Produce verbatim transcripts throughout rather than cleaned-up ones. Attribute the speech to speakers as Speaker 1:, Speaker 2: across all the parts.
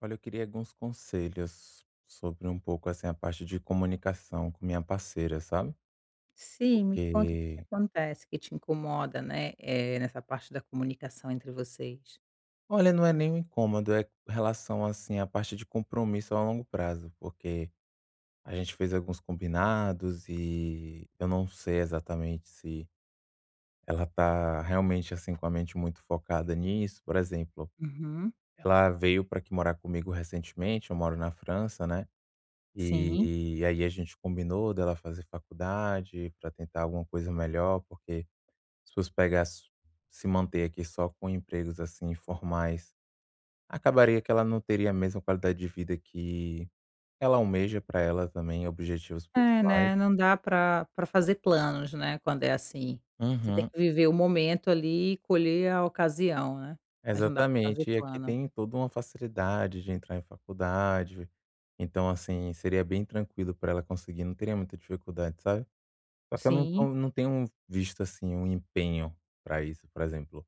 Speaker 1: Olha, eu queria alguns conselhos sobre um pouco, assim, a parte de comunicação com minha parceira, sabe?
Speaker 2: Sim, me conta o que que
Speaker 1: Porque,
Speaker 2: acontece que te incomoda, né? É nessa parte da comunicação entre vocês.
Speaker 1: olha, não é nem um incômodo, é com relação, assim, à parte de compromisso a longo prazo, porque a gente fez alguns combinados e eu não sei exatamente se ela tá realmente, assim, com a mente muito focada nisso. Por exemplo,
Speaker 2: Uhum,
Speaker 1: ela veio para aqui morar comigo recentemente, eu moro na França, né?
Speaker 2: sim.
Speaker 1: E e aí a gente combinou dela fazer faculdade para tentar alguma coisa melhor, porque se fosse pegar su se manter aqui só com empregos, assim, formais, acabaria que ela não teria a mesma qualidade de vida que ela almeja para ela também, objetivos
Speaker 2: É,
Speaker 1: pessoais.
Speaker 2: né, não dá para para fazer planos, né, quando é assim. Você tem
Speaker 1: Uhum,
Speaker 2: que viver o momento ali e colher a ocasião, né, mas não dá para fazer
Speaker 1: exatamente. E aqui
Speaker 2: plano.
Speaker 1: tem toda uma facilidade de entrar em faculdade, então, assim, seria bem tranquilo pra ela conseguir, não teria muita dificuldade, sabe? Só que eu não
Speaker 2: Sim,
Speaker 1: tô não tenho visto, assim, um empenho para isso, por exemplo,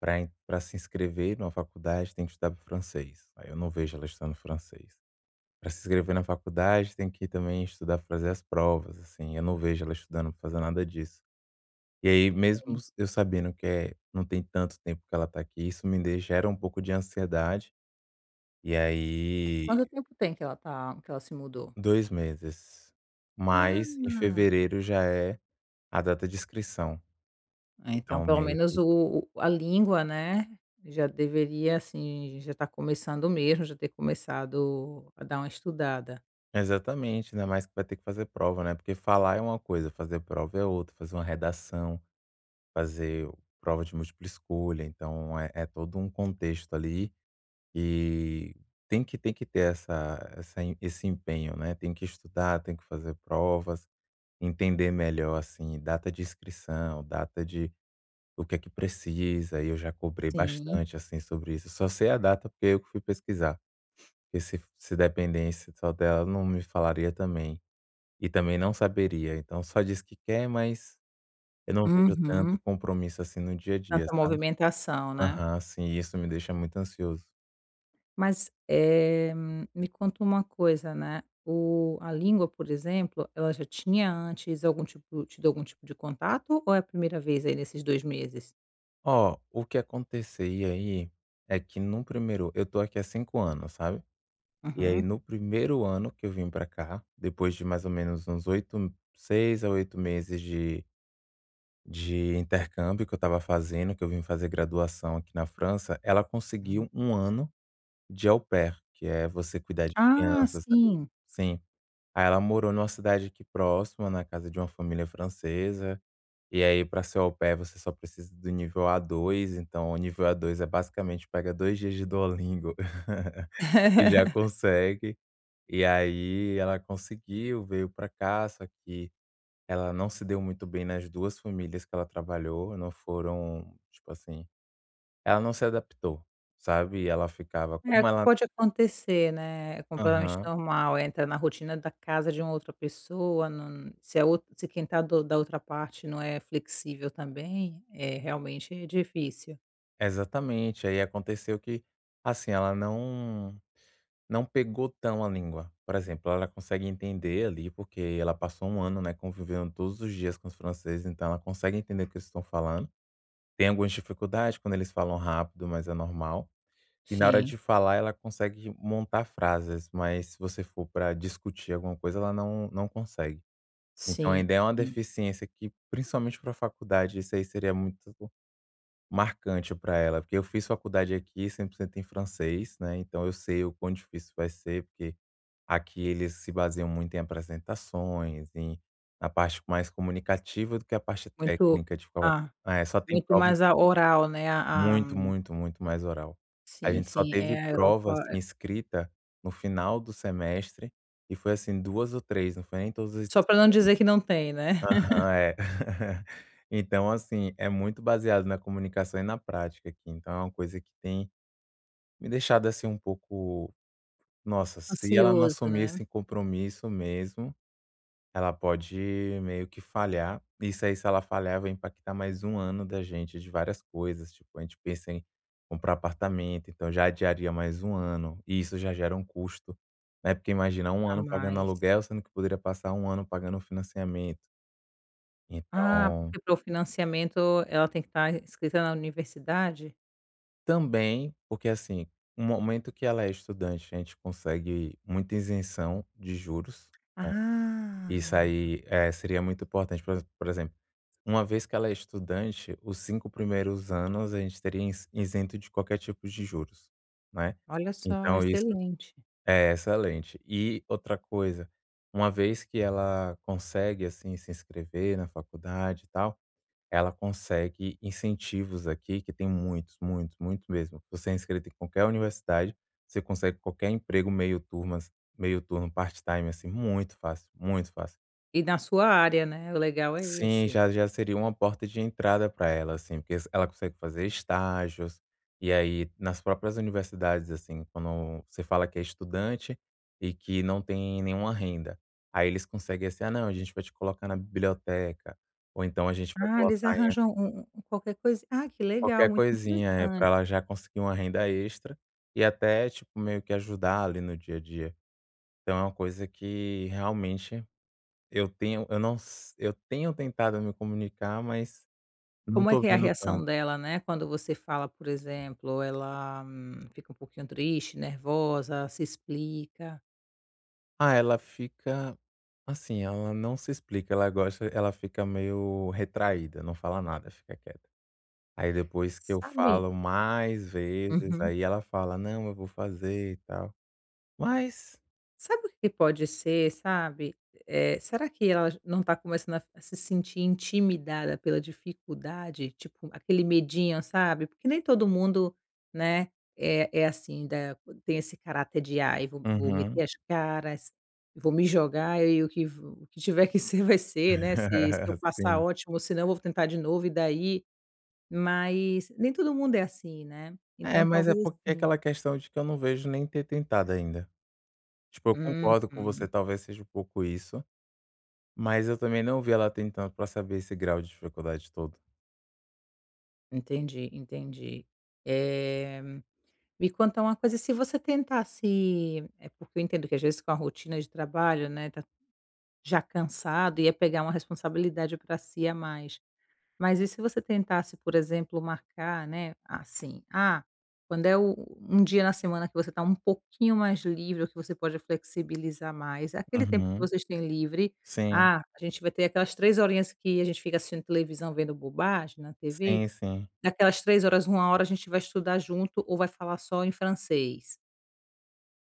Speaker 1: para para se inscrever numa faculdade tem que estudar francês, aí eu não vejo ela estudando francês. Para se inscrever na faculdade tem que também estudar pra fazer as provas, assim, eu não vejo ela estudando pra fazer nada disso. E aí, mesmo
Speaker 2: sim.
Speaker 1: s eu sabendo que é não tem tanto tempo que ela tá aqui, isso me de gera um pouco de ansiedade, e
Speaker 2: Quanto
Speaker 1: aí
Speaker 2: tempo tem que ela tá que ela se mudou?
Speaker 1: dois meses, mas em
Speaker 2: Ah.
Speaker 1: fevereiro já é a data de inscrição,
Speaker 2: É, então
Speaker 1: então
Speaker 2: pelo
Speaker 1: meio
Speaker 2: menos
Speaker 1: que
Speaker 2: o o a língua, né, já deveria, assim, já está começando mesmo, já ter começado a dar uma estudada.
Speaker 1: exatamente, ainda mais que vai ter que fazer prova, né, porque falar é uma coisa, fazer prova é outra, fazer uma redação, fazer prova de múltipla escolha, então é é todo um contexto ali, e tem que tem que ter essa essa em- esse empenho, né, tem que estudar, tem que fazer provas, entender melhor, assim, data de inscrição, data de o que é que precisa, e eu já cobrei
Speaker 2: Sim.
Speaker 1: bastante, assim, sobre isso. Só sei a data porque eu que fui pesquisar, porque se se dependesse só dela, não me falaria também. E também não saberia, então só diz que quer, mas eu não vejo tanto
Speaker 2: Uhum.
Speaker 1: compromisso, assim, no dia a dia,
Speaker 2: Tanta
Speaker 1: sabe.
Speaker 2: movimentação, né.
Speaker 1: Aham, sim, isso me deixa muito ansioso.
Speaker 2: Mas, eh, me conta uma coisa, né, o a língua, por exemplo, ela já tinha antes algum tipo tido algum tipo de contato ou é a primeira vez aí nesses dois meses?
Speaker 1: Ó, o que aconteceria aí é que no primeiro eu tô aqui há cinco anos, sabe. E aí
Speaker 2: Uhum,
Speaker 1: no primeiro ano que eu vim pra cá, depois de mais ou menos uns oito seis a oito meses de de intercâmbio que eu estava fazendo, que eu vim fazer graduação aqui na França, ela conseguiu
Speaker 2: uhum.
Speaker 1: um ano de au pair, que é você cuidar de
Speaker 2: Ah,
Speaker 1: crianças ali.
Speaker 2: sim.
Speaker 1: Sim. Aí ela morou numa cidade aqui próxima, na casa de uma família francesa, e aí para ser au pair você só precisa do nível A dois, então o nível A dois é basicamente pega dois dias de Duolingo e já consegue. E aí ela conseguiu, veio para cá, só que ela não se deu muito bem nas duas famílias que ela trabalhou, não foram, tipo assim, ela não se adaptou, sabe, ela ficava
Speaker 2: É o
Speaker 1: como
Speaker 2: que
Speaker 1: ela
Speaker 2: pode acontecer, né, é completamente
Speaker 1: aham,
Speaker 2: normal, entra na rotina da casa de uma outra pessoa, não se a outra se quem está da outra parte não é flexível também, é realmente é difícil.
Speaker 1: exatamente. Aí aconteceu que, assim, ela não não pegou tão a língua. Por exemplo, ela consegue entender ali, porque ela passou um ano, né, convivendo todos os dias com os franceses, então ela consegue entender o que eles estão falando. Tem algumas dificuldades quando eles falam rápido, mas é normal. E na hora
Speaker 2: Sim,
Speaker 1: de falar, ela consegue montar frases, mas se você for para discutir alguma coisa, ela não não consegue. Então
Speaker 2: sim,
Speaker 1: ainda é uma
Speaker 2: sim.
Speaker 1: deficiência que, principalmente pra faculdade, isso aí seria muito marcante para ela, porque eu fiz faculdade aqui cem por cento em francês, né, então eu sei o quão difícil vai ser, porque aqui eles se baseiam muito em apresentações, em na parte mais comunicativa do que a parte
Speaker 2: Muito
Speaker 1: técnica de prova.
Speaker 2: ah,
Speaker 1: É, só tem
Speaker 2: muito
Speaker 1: prova
Speaker 2: mais a oral, né, a a
Speaker 1: muito, muito, muito mais oral. A
Speaker 2: sim,
Speaker 1: gente só
Speaker 2: sim,
Speaker 1: teve
Speaker 2: é a
Speaker 1: prova,
Speaker 2: Europa
Speaker 1: assim,
Speaker 2: é,
Speaker 1: escrita no final do semestre e foi, assim, duas ou três, não foi nem todas as
Speaker 2: só para não dizer que
Speaker 1: disciplinas.
Speaker 2: não tem, né.
Speaker 1: Aham, é. Então, assim, é muito baseado na comunicação e na prática aqui, então é uma coisa que tem me deixado, assim, um pouco: "Nossa, se ela não
Speaker 2: Ansioso,
Speaker 1: assumir
Speaker 2: né,
Speaker 1: esse compromisso mesmo". Ela pode meio que falhar. Isso aí, se ela falhar, vai impactar mais um ano da gente de várias coisas, tipo, a gente pensa em comprar apartamento, então já adiaria mais um ano, e isso já gera um custo, né, porque imagina um
Speaker 2: a
Speaker 1: ano pagando
Speaker 2: mais.
Speaker 1: aluguel, sendo que poderia passar um ano pagando financiamento.
Speaker 2: Ah,
Speaker 1: Então
Speaker 2: porque para o financiamento ela tem que estar inscrita na universidade?
Speaker 1: também, porque assim, no momento que ela é estudante, a gente consegue muita isenção de juros, né, isso
Speaker 2: Ah.
Speaker 1: aí, eh, seria muito importante. Por exe por exemplo, uma vez que ela é estudante, os cinco primeiros anos a gente teria ins isento de qualquer tipo de juros, né.
Speaker 2: Olha só,
Speaker 1: Então isso
Speaker 2: excelente.
Speaker 1: é excelente. E outra coisa, uma vez que ela consegue, assim, se inscrever na faculdade e tal, ela consegue incentivos aqui, que tem muitos, muitos, muitos mesmo. Você é inscrito em qualquer universidade, você consegue qualquer emprego meio turmas meio turno, part-time, assim, muito fácil, muito fácil.
Speaker 2: E na sua área, né, o legal é
Speaker 1: Sim,
Speaker 2: esse.
Speaker 1: já já seria uma porta de entrada para ela, assim, porque ela consegue fazer estágios, e aí nas próprias universidades, assim, quando você fala que é estudante e que não tem nenhuma renda, aí eles conseguem assim: "Ah, não, a gente vai te colocar na biblioteca", ou então a gente vai
Speaker 2: Ah, eles
Speaker 1: colocar em
Speaker 2: arranjam um um qualquer coisa ah, que legal,
Speaker 1: qualquer
Speaker 2: muito
Speaker 1: coisinha, para
Speaker 2: interessante.
Speaker 1: ela já conseguir uma renda extra e até, tipo, meio que ajudar ali no dia a dia. Então é uma coisa que realmente eu tenho eu não s eu tenho tentado me comunicar, mas não
Speaker 2: Como é
Speaker 1: tô
Speaker 2: que é a
Speaker 1: vendo tanto.
Speaker 2: reação dela, né, quando você fala, por exemplo, ela, hum, fica um pouquinho triste, nervosa, se explica?
Speaker 1: Ah, ela fica assim, ela não se explica, ela gosta ela fica meio retraída, não fala nada, fica quieta. Aí depois que eu
Speaker 2: Sabe.
Speaker 1: falo mais vezes,
Speaker 2: Uhum.
Speaker 1: aí ela fala: "Não, eu vou fazer e tal". Mas
Speaker 2: Sabe o que pode ser, sabe? Eh, será que ela não está começando a a se sentir intimidada pela dificuldade? Tipo, aquele medinho, sabe? Porque nem todo mundo, né, é é assim da tem esse caráter de: "Ai, vou vou
Speaker 1: uhum.
Speaker 2: meter as caras, vou me jogar e o que o que tiver que ser vai ser, né? Se se eu passar,
Speaker 1: Sim.
Speaker 2: ótimo, se não, eu vou tentar de novo e daí?". Mas nem todo mundo é assim, né?
Speaker 1: É,
Speaker 2: Então
Speaker 1: mas é
Speaker 2: talvez
Speaker 1: porque é
Speaker 2: assim.
Speaker 1: aquela questão de que eu não vejo nem ter tentado ainda. Tipo, eu concordo com você,
Speaker 2: Uhum.
Speaker 1: talvez seja um pouco isso, mas eu também não vi ela tentando pra saber esse grau de dificuldade todo.
Speaker 2: Entendi, entendi. Eh, Me conta uma coisa, se você tentasse é porque eu entendo que às vezes com a rotina de trabalho, né, tá já cansado, ia pegar uma responsabilidade para si a mais. Mas e se você tentasse, por exemplo, marcar, né, assim, ah, quando é o um dia na semana que você tá um pouquinho mais livre ou que você pode flexibilizar mais, é aquele tempo que
Speaker 1: Uhum.
Speaker 2: vocês têm livre,
Speaker 1: Sim,
Speaker 2: ah, a gente vai ter aquelas três horinhas que a gente fica assistindo televisão, vendo bobagem na T V.
Speaker 1: sim, sim.
Speaker 2: Daquelas três horas, uma hora a gente vai estudar junto ou vai falar só em francês.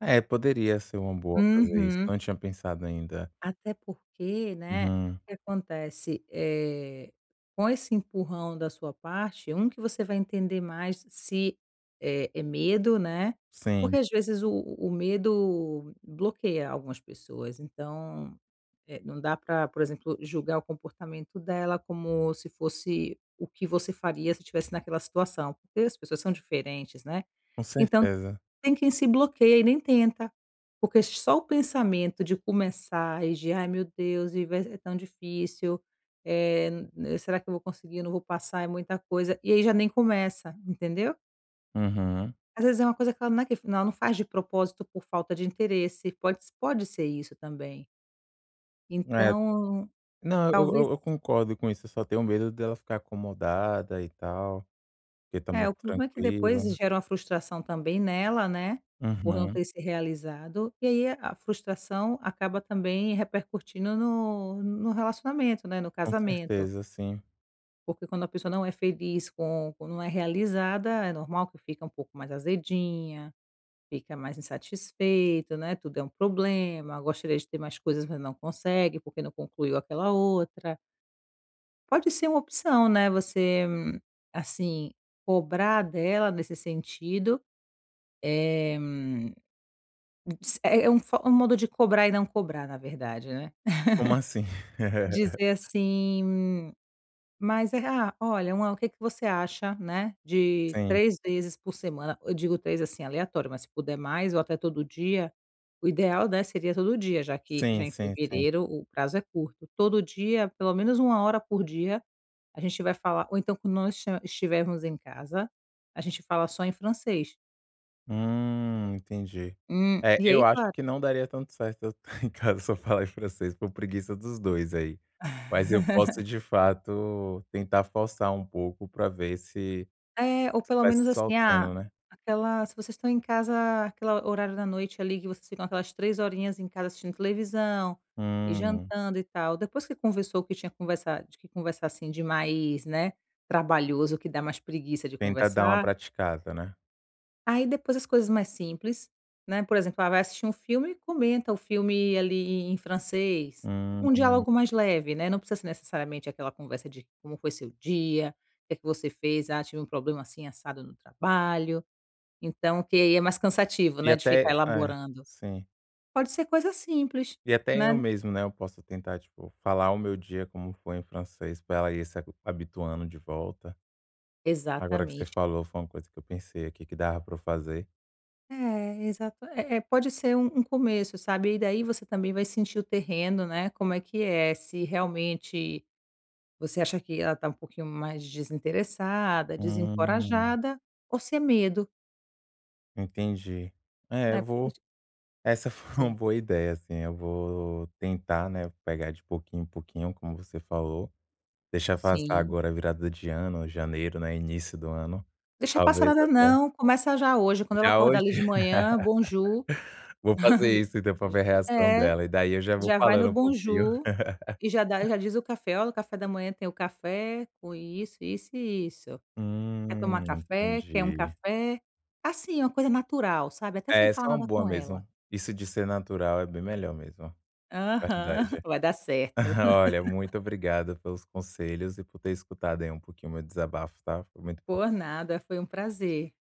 Speaker 1: É, poderia ser uma boa fazer isso,
Speaker 2: Uhum.
Speaker 1: não tinha pensado ainda.
Speaker 2: Até porque, né,
Speaker 1: Uhum,
Speaker 2: o que acontece, eh, com esse empurrão da sua parte, um que você vai entender mais se é é medo, né,
Speaker 1: sim,
Speaker 2: porque às vezes o o medo bloqueia algumas pessoas, então, eh, não dá para, por exemplo, julgar o comportamento dela como se fosse o que você faria se estivesse naquela situação, porque as pessoas são diferentes, né.
Speaker 1: com
Speaker 2: Então
Speaker 1: certeza.
Speaker 2: tem quem se bloqueia e nem tenta, porque só o pensamento de começar e de: "Ai meu Deus, e vai é tão difícil, eh, n eh, será que eu vou conseguir? Eu não vou passar, é muita coisa", e aí já nem começa, entendeu?
Speaker 1: Uhum.
Speaker 2: Às vezes é uma coisa que ela não é que ela não faz de propósito por falta de interesse, pode pode ser isso também.
Speaker 1: É,
Speaker 2: Então,
Speaker 1: não, eu
Speaker 2: talvez.
Speaker 1: eu eu concordo com isso, eu só tenho medo dela ficar acomodada e tal, porque tá
Speaker 2: É,
Speaker 1: muito
Speaker 2: o problema é que depois
Speaker 1: tranquila, né?
Speaker 2: gera uma frustração também nela, né, por não
Speaker 1: Uhum,
Speaker 2: ter se realizado, e aí a frustração acaba também repercutindo no no relacionamento, né, no
Speaker 1: com
Speaker 2: casamento,
Speaker 1: certeza, sim.
Speaker 2: porque quando a pessoa não é feliz com com não é realizada, é normal que fica um pouco mais azedinha, fica mais insatisfeito, né, tudo é um problema, gostaria de ter mais coisas, mas não consegue, porque não concluiu aquela outra. Pode ser uma opção, né, você, hum, assim, cobrar dela nesse sentido eh, s é é um fo um modo de cobrar e não cobrar, na verdade, né.
Speaker 1: Como assim?
Speaker 2: Dizer assim: "Mas é ah, olha, uma o que que você acha, né, de
Speaker 1: Sim,
Speaker 2: três vezes por semana?". Eu digo três assim, aleatório, mas se puder mais ou até todo dia, o ideal, né, seria todo dia, já que já
Speaker 1: sim,
Speaker 2: em
Speaker 1: sim, sim.
Speaker 2: fevereiro o prazo é curto. Todo dia, pelo menos uma hora por dia, a gente vai falar ou então quando nós esti estivermos em casa, a gente fala só em francês.
Speaker 1: Hum, entendi.
Speaker 2: Hum,
Speaker 1: É,
Speaker 2: e
Speaker 1: eu
Speaker 2: aí,
Speaker 1: acho
Speaker 2: claro.
Speaker 1: que não daria tanto certo eu em casa se eu falar em francês, por preguiça dos dois aí. Mas eu posso, de fato, tentar forçar um pouco para ver se
Speaker 2: É, ou pelo
Speaker 1: vai
Speaker 2: menos
Speaker 1: se
Speaker 2: assim, ah,
Speaker 1: soltando, né.
Speaker 2: aquela se vocês estão em casa, aquela horário da noite ali que vocês ficam aquelas três horinhas em casa assistindo televisão e
Speaker 1: Hum,
Speaker 2: jantando e tal, depois que conversou que tinha conversado que conversar, assim, de mais, né, trabalhoso, que dá mais preguiça de
Speaker 1: tentar dar uma
Speaker 2: conversar.
Speaker 1: praticada, né.
Speaker 2: Aí depois as coisas mais simples, né, por exemplo, ah, vai assistir um filme e comenta o filme ali em francês, um
Speaker 1: Hum,
Speaker 2: diálogo mais leve, né, não precisa ser necessariamente aquela conversa de como foi seu dia, o que é que você fez, ah, tive um problema assim assado no trabalho, então que aí é mais cansativo,
Speaker 1: e
Speaker 2: né, de
Speaker 1: até
Speaker 2: ficar
Speaker 1: é,
Speaker 2: elaborando.
Speaker 1: sim.
Speaker 2: Pode ser coisa simples,
Speaker 1: E até eu
Speaker 2: né.
Speaker 1: mesmo, né, eu posso tentar, tipo, falar o meu dia como foi em francês para ela ir se habituando de volta. Agora que você
Speaker 2: Exatamente.
Speaker 1: falou, foi uma coisa que eu pensei aqui que dava pra eu fazer.
Speaker 2: É, exato. É é, pode ser um um começo, sabe, e daí você também vai sentir o terreno, né, como é que é, se realmente você acha que ela está um pouquinho mais desinteressada,
Speaker 1: Hum,
Speaker 2: desencorajada, ou se é medo,
Speaker 1: entendi. É,
Speaker 2: né,
Speaker 1: eu vou
Speaker 2: porque
Speaker 1: Essa foi uma
Speaker 2: sim,
Speaker 1: boa ideia, assim, eu vou tentar, né, pegar de pouquinho em pouquinho, como você falou, deixar passar
Speaker 2: sim.
Speaker 1: agora a virada de ano, janeiro, né, início do ano,
Speaker 2: Deixa passar
Speaker 1: talvez
Speaker 2: nada
Speaker 1: até
Speaker 2: não, começa já hoje, quando ela
Speaker 1: já
Speaker 2: acordar
Speaker 1: hoje
Speaker 2: ali de manhã, bonjour,
Speaker 1: vou fazer isso então pra
Speaker 2: j
Speaker 1: ver a reação
Speaker 2: é,
Speaker 1: dela, e daí eu já vou
Speaker 2: já vai no
Speaker 1: falando um pouquinho.
Speaker 2: bonjour e já dá já diz o café: "Olha, o café da manhã tem o café com isso, isso e isso. Quer tomar
Speaker 1: Hum,
Speaker 2: café? Quer um
Speaker 1: entendi.
Speaker 2: café?". Assim, uma coisa natural, sabe, até
Speaker 1: É,
Speaker 2: sem
Speaker 1: essa é
Speaker 2: falar
Speaker 1: uma
Speaker 2: nada
Speaker 1: boa
Speaker 2: com ela.
Speaker 1: mesmo, isso de ser natural é bem melhor mesmo,
Speaker 2: Aham,
Speaker 1: verdade.
Speaker 2: vai dar certo.
Speaker 1: Olha, muito obrigado pelos conselhos e por ter escutado aí um pouquinho o meu desabafo, tá? Foi muito
Speaker 2: Por nada, foi um prazer.